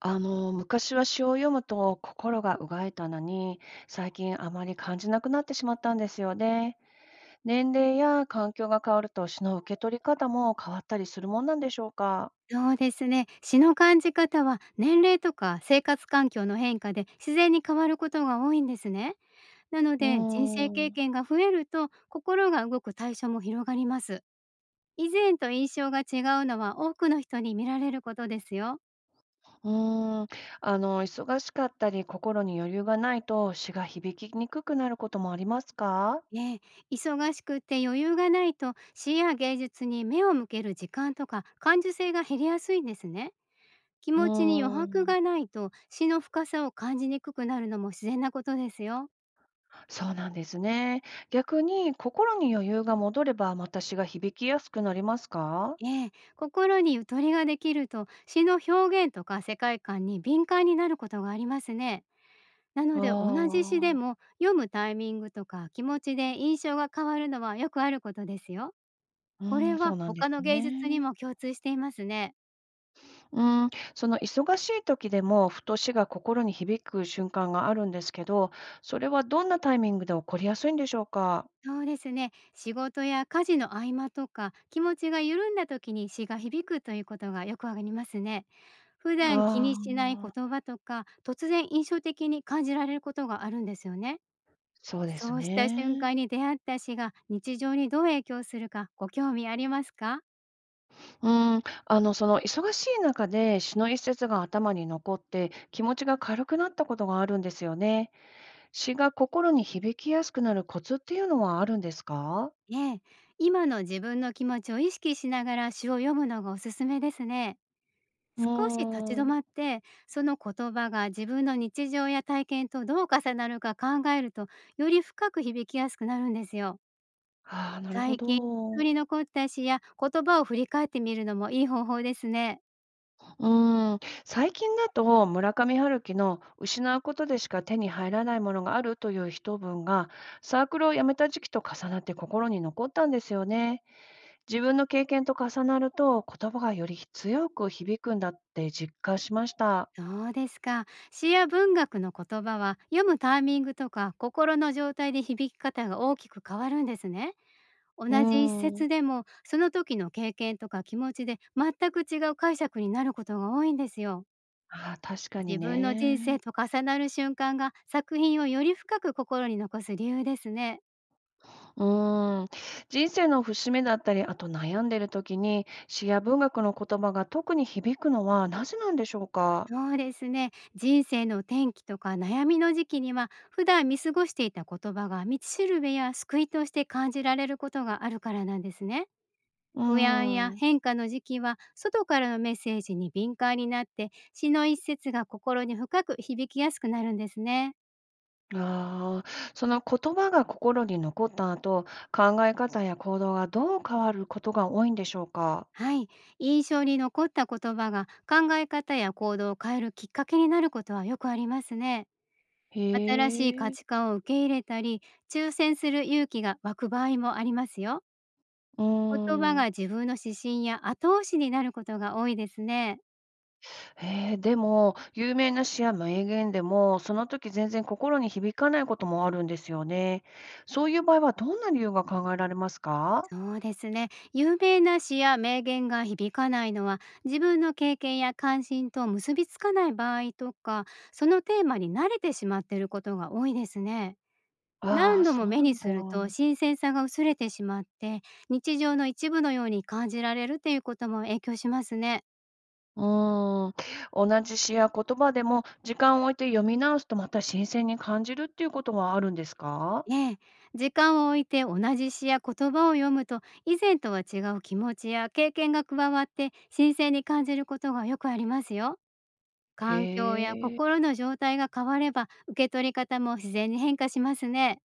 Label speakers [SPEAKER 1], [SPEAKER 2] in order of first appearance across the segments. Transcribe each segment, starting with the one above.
[SPEAKER 1] 昔は詩を読むと心がうがえたのに、最近あまり感じなくなってしまったんですよね。年齢や環境が変わると詩の受け取り方も変わったりするもんなんでしょうか。
[SPEAKER 2] そうですね。詩の感じ方は年齢とか生活環境の変化で自然に変わることが多いんですね。なの
[SPEAKER 1] う
[SPEAKER 2] で、人生
[SPEAKER 1] ー
[SPEAKER 2] 経
[SPEAKER 1] ん、う
[SPEAKER 2] 験が増えると心が動く対象も広がります。以前と印象が違うのは多くの人に見られることですよ。
[SPEAKER 1] ーん、忙しかったり心に余裕がないと詩が響きにくくなることもありますか。
[SPEAKER 2] ええ、忙しくて余裕がないと詩や芸術に目を向ける時間とか感受性が減りやすいんですね。気
[SPEAKER 1] う
[SPEAKER 2] 持ちに余
[SPEAKER 1] ー
[SPEAKER 2] 白
[SPEAKER 1] ん、
[SPEAKER 2] がないと詩の深さを感じにくくなるのも自然なことですよ。
[SPEAKER 1] そうなんですね。逆に心に余裕が戻ればまた詩が響きやすくなりますか。
[SPEAKER 2] ええ、心にゆとりができると詩の表現とか世界観に敏感になることがありますね。なの
[SPEAKER 1] あ
[SPEAKER 2] で、同じ詩で
[SPEAKER 1] あー。
[SPEAKER 2] も読むタイミングとか気持ちで印象が変わるのはよくあることですよ。
[SPEAKER 1] う
[SPEAKER 2] こ
[SPEAKER 1] ー
[SPEAKER 2] れ
[SPEAKER 1] そう
[SPEAKER 2] は
[SPEAKER 1] なんで
[SPEAKER 2] 他
[SPEAKER 1] す
[SPEAKER 2] の芸術に
[SPEAKER 1] ね。
[SPEAKER 2] も共通していますね。
[SPEAKER 1] うーん、その忙しい時でも、ふと死が心に響く瞬間があるんですけど、それはどんなタイミングで起こりやすいんでしょうか？
[SPEAKER 2] そうですね。仕事や家事の合間とか気持ちが緩んだ時に詩が響くということがよくありますね。普段気に
[SPEAKER 1] あ
[SPEAKER 2] しない言
[SPEAKER 1] あ、
[SPEAKER 2] 葉とか突然印象的に感じられることがあるんですよね。
[SPEAKER 1] そうです
[SPEAKER 2] そうした瞬
[SPEAKER 1] ね。
[SPEAKER 2] 間に出会った詩が日常にどう影響するか、ご興味ありますか？
[SPEAKER 1] その忙しい中で詩の一節が頭に残って、気持ちが軽くなったことがあるんですよね。詩が心に響きやすくなるコツっていうのはあるんですか？
[SPEAKER 2] ええ、今の自分の気持ちを意識しながら詩を読むのがおすすめですね。
[SPEAKER 1] う
[SPEAKER 2] 少し立ち
[SPEAKER 1] ー
[SPEAKER 2] 止
[SPEAKER 1] ん、
[SPEAKER 2] まって、その言葉が自分の日常や体験とどう重なるか考えると、より深く響きやすくなるんですよ。
[SPEAKER 1] ああ、なるほ
[SPEAKER 2] 最近印象
[SPEAKER 1] ど。
[SPEAKER 2] に残った詩や言葉を振り返ってみるのもいい方法ですね。
[SPEAKER 1] うーん、最近だと村上春樹の「失うことでしか手に入らないものがある」という一文がサークルを辞めた時期と重なって心に残ったんですよね。自分の経験と重なると言葉がより強く響くんだって実感しました。
[SPEAKER 2] そうですか。詩や文学の言葉は読むタイミングとか心の状態で響き方が大きく変わるんですね。同
[SPEAKER 1] う
[SPEAKER 2] じ一
[SPEAKER 1] ーん。
[SPEAKER 2] 節でも、その時の経験とか気持ちで全く違う解釈になることが多いんですよ。
[SPEAKER 1] ああ、確かに
[SPEAKER 2] 自分の人生
[SPEAKER 1] ね。
[SPEAKER 2] と重なる瞬間が作品をより深く心に残す理由ですね。
[SPEAKER 1] うーん。人生の節目だったり、あと悩んでる時に詩や文学の言葉が特に響くのはなぜなんでしょうか？
[SPEAKER 2] そうですね。人生の転機とか悩みの時期には、普段見過ごしていた言葉が道しるべや救いとして感じられることがあるからなんですね。
[SPEAKER 1] うー
[SPEAKER 2] 不安や
[SPEAKER 1] ん。
[SPEAKER 2] 変化の時期は外からのメッセージに敏感になって、詩の一節が心に深く響きやすくなるんですね。
[SPEAKER 1] ああ、その言葉が心に残った後、考え方や行動がどう変わることが多いんでしょうか？
[SPEAKER 2] はい、印象に残った言葉が考え方や行動を変えるきっかけになることはよくありますね。
[SPEAKER 1] へ
[SPEAKER 2] 新しい価
[SPEAKER 1] え。
[SPEAKER 2] 値観を受け入れたり、抽選する勇気が湧く場合もありますよ。
[SPEAKER 1] うー
[SPEAKER 2] 言葉が
[SPEAKER 1] ん。
[SPEAKER 2] 自分の指針や後押しになることが多いですね。
[SPEAKER 1] ええ、でも、有名な詩や名言でも、その時全然心に響かないこともあるんですよね。そういう場合はどんな理由が考えられますか？
[SPEAKER 2] そうですね。有名な詩や名言が響かないのは、自分の経験や関心と結びつかない場合とか、そのテーマに慣れてしまっていることが多いですね。
[SPEAKER 1] ああ
[SPEAKER 2] 何
[SPEAKER 1] ー、
[SPEAKER 2] 度も
[SPEAKER 1] そう
[SPEAKER 2] 目
[SPEAKER 1] な
[SPEAKER 2] に
[SPEAKER 1] んだ。
[SPEAKER 2] すると新鮮さが薄れてしまって、日常の一部のように感じられるということも影響しますね。
[SPEAKER 1] うーん。同じ詩や言葉でも、時間を置いて読み直すとまた新鮮に感じるっていうことはあるんですか？
[SPEAKER 2] ええ、時間を置いて同じ詩や言葉を読むと、以前とは違う気持ちや経験が加わって、新鮮に感じることがよくありますよ。環境や
[SPEAKER 1] へえ。
[SPEAKER 2] 心の状態が変われば、受け取り方も自然に変化しますね。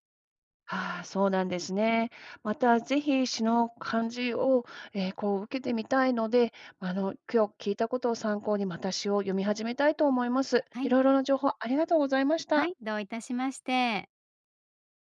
[SPEAKER 1] ああ、そうなんですね。またぜひ詩の漢字を、ええ、こう受けてみたいので、今日聞いたことを参考にまた詩を読み始めたいと思います。
[SPEAKER 2] は
[SPEAKER 1] い
[SPEAKER 2] い、
[SPEAKER 1] ろいろな情報ありがとうございまし
[SPEAKER 2] は
[SPEAKER 1] た。
[SPEAKER 2] い、どういたしまして。